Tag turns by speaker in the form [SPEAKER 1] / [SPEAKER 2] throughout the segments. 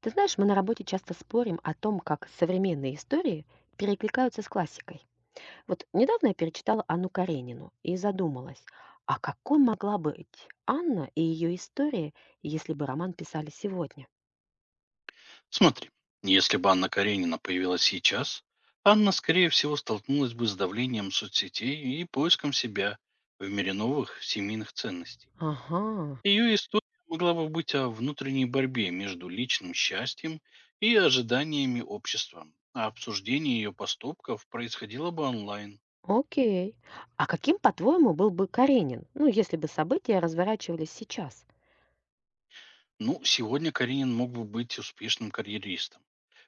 [SPEAKER 1] Ты знаешь, мы на работе часто спорим о том, как современные истории перекликаются с классикой. Вот недавно я перечитала Анну Каренину и задумалась, а какой могла быть Анна и ее история, если бы роман писали сегодня?
[SPEAKER 2] Смотри, если бы Анна Каренина появилась сейчас, Анна, скорее всего, столкнулась бы с давлением соцсетей и поиском себя в мире новых семейных ценностей.
[SPEAKER 1] Ага,
[SPEAKER 2] Ее история могла бы быть о внутренней борьбе между личным счастьем и ожиданиями общества, а обсуждение ее поступков происходило бы онлайн.
[SPEAKER 1] окей. А каким, по-твоему, был бы Каренин, ну, если бы события разворачивались сейчас?
[SPEAKER 2] Ну, сегодня Каренин мог бы быть успешным карьеристом,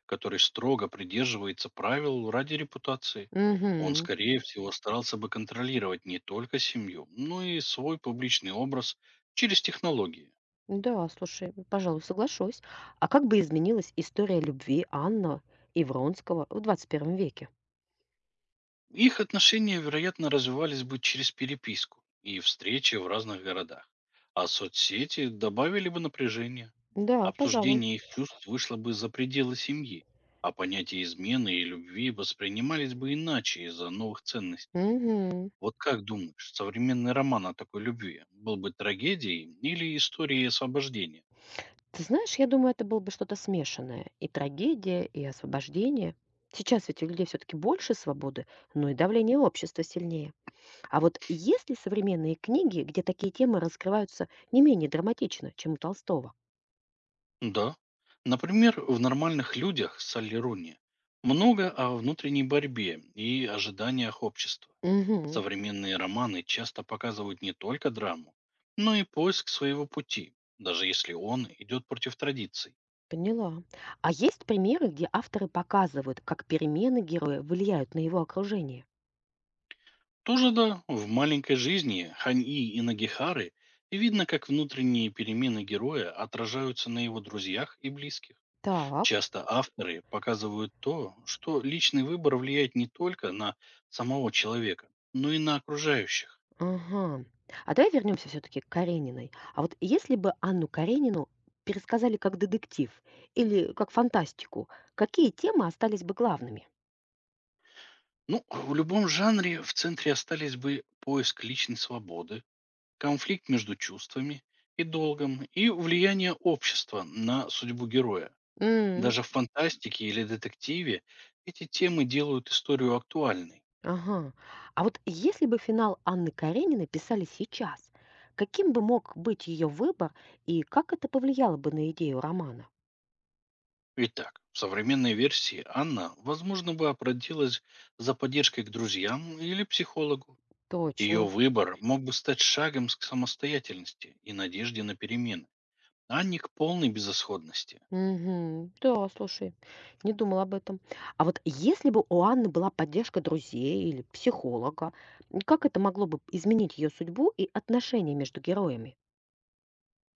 [SPEAKER 2] который строго придерживается правил ради репутации. Он,
[SPEAKER 1] Угу.
[SPEAKER 2] скорее всего, старался бы контролировать не только семью, но и свой публичный образ через технологии.
[SPEAKER 1] Да, слушай, пожалуй, соглашусь. А как бы изменилась история любви Анна и Вронского в двадцать первом веке?
[SPEAKER 2] Их отношения, вероятно, развивались бы через переписку и встречи в разных городах, а соцсети добавили бы напряжение.
[SPEAKER 1] Да, пожалуй.
[SPEAKER 2] Обсуждение их чувств вышло бы за пределы семьи, а понятия измены и любви воспринимались бы иначе из-за новых ценностей.
[SPEAKER 1] Мгм.
[SPEAKER 2] Вот как думаешь, современный роман о такой любви был бы трагедией или историей освобождения?
[SPEAKER 1] Ты знаешь, я думаю, это было бы что-то смешанное: и трагедия, и освобождение. Сейчас ведь у людей все таки больше свободы, но и давление общества сильнее. А вот есть ли современные книги, где такие темы раскрываются не менее драматично, чем у Толстого?
[SPEAKER 2] Да. Например, в «Нормальных людях» Салли Руни много о внутренней борьбе и ожиданиях общества.
[SPEAKER 1] Мгм.
[SPEAKER 2] Современные романы часто показывают не только драму, но и поиск своего пути, даже если он идет против традиций.
[SPEAKER 1] Поняла. А есть примеры, где авторы показывают, как перемены героя влияют на его окружение?
[SPEAKER 2] Тоже да, в «Маленькой жизни» Ханьи и Нагихары видно, как внутренние перемены героя отражаются на его друзьях и близких.
[SPEAKER 1] Так.
[SPEAKER 2] Часто авторы показывают то, что личный выбор влияет не только на самого человека, но и на окружающих.
[SPEAKER 1] Ага. А давай вернемся все-таки к Карениной. А вот если бы Анну Каренину пересказали как детектив или как фантастику, какие темы остались бы главными?
[SPEAKER 2] Ну, в любом жанре в центре остались бы поиск личной свободы, конфликт между чувствами и долгом и влияние общества на судьбу героя.
[SPEAKER 1] М.
[SPEAKER 2] Даже в фантастике или детективе эти темы делают историю актуальной.
[SPEAKER 1] Ага. А вот если бы финал Анны Карениной писали сейчас, каким бы мог быть ее выбор и как это повлияло бы на идею романа?
[SPEAKER 2] Итак, в современной версии Анна, возможно, бы обратилась за поддержкой к друзьям или психологу. Ее
[SPEAKER 1] Точно.
[SPEAKER 2] выбор мог бы стать шагом к самостоятельности и надежде на перемены, а не к полной безысходности.
[SPEAKER 1] Мгм. Да, слушай, не думала об этом. А вот если бы у Анны была поддержка друзей или психолога, как это могло бы изменить ее судьбу и отношения между героями?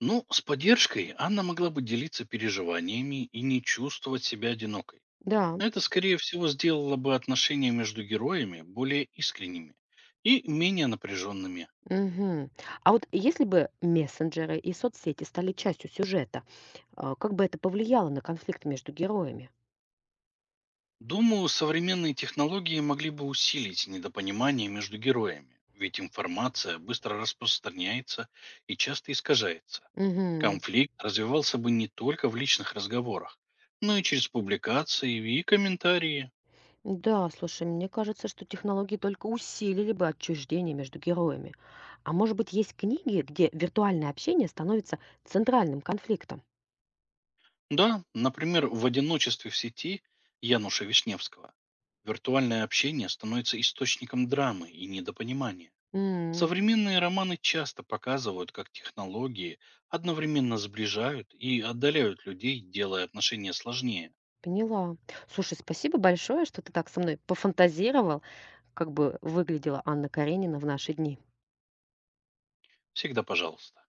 [SPEAKER 2] Ну, с поддержкой Анна могла бы делиться переживаниями и не чувствовать себя одинокой.
[SPEAKER 1] Да.
[SPEAKER 2] Это, скорее всего, сделало бы отношения между героями более искренними и менее напряженными.
[SPEAKER 1] Мгм. А вот если бы мессенджеры и соцсети стали частью сюжета, как бы это повлияло на конфликт между героями?
[SPEAKER 2] Думаю, современные технологии могли бы усилить недопонимание между героями, ведь информация быстро распространяется и часто искажается.
[SPEAKER 1] Мгм.
[SPEAKER 2] Конфликт развивался бы не только в личных разговорах, но и через публикации и комментарии.
[SPEAKER 1] Да, слушай, мне кажется, что технологии только усилили бы отчуждение между героями. А может быть, есть книги, где виртуальное общение становится центральным конфликтом?
[SPEAKER 2] Да, например, в одиночестве в сети Януша Вишневского. Виртуальное общение становится источником драмы и недопонимания.
[SPEAKER 1] М.
[SPEAKER 2] Современные романы часто показывают, как технологии одновременно сближают и отдаляют людей, делая отношения сложнее.
[SPEAKER 1] Поняла. Слушай, спасибо большое, что ты так со мной пофантазировал, как бы выглядела Анна Каренина в наши дни.
[SPEAKER 2] Всегда пожалуйста.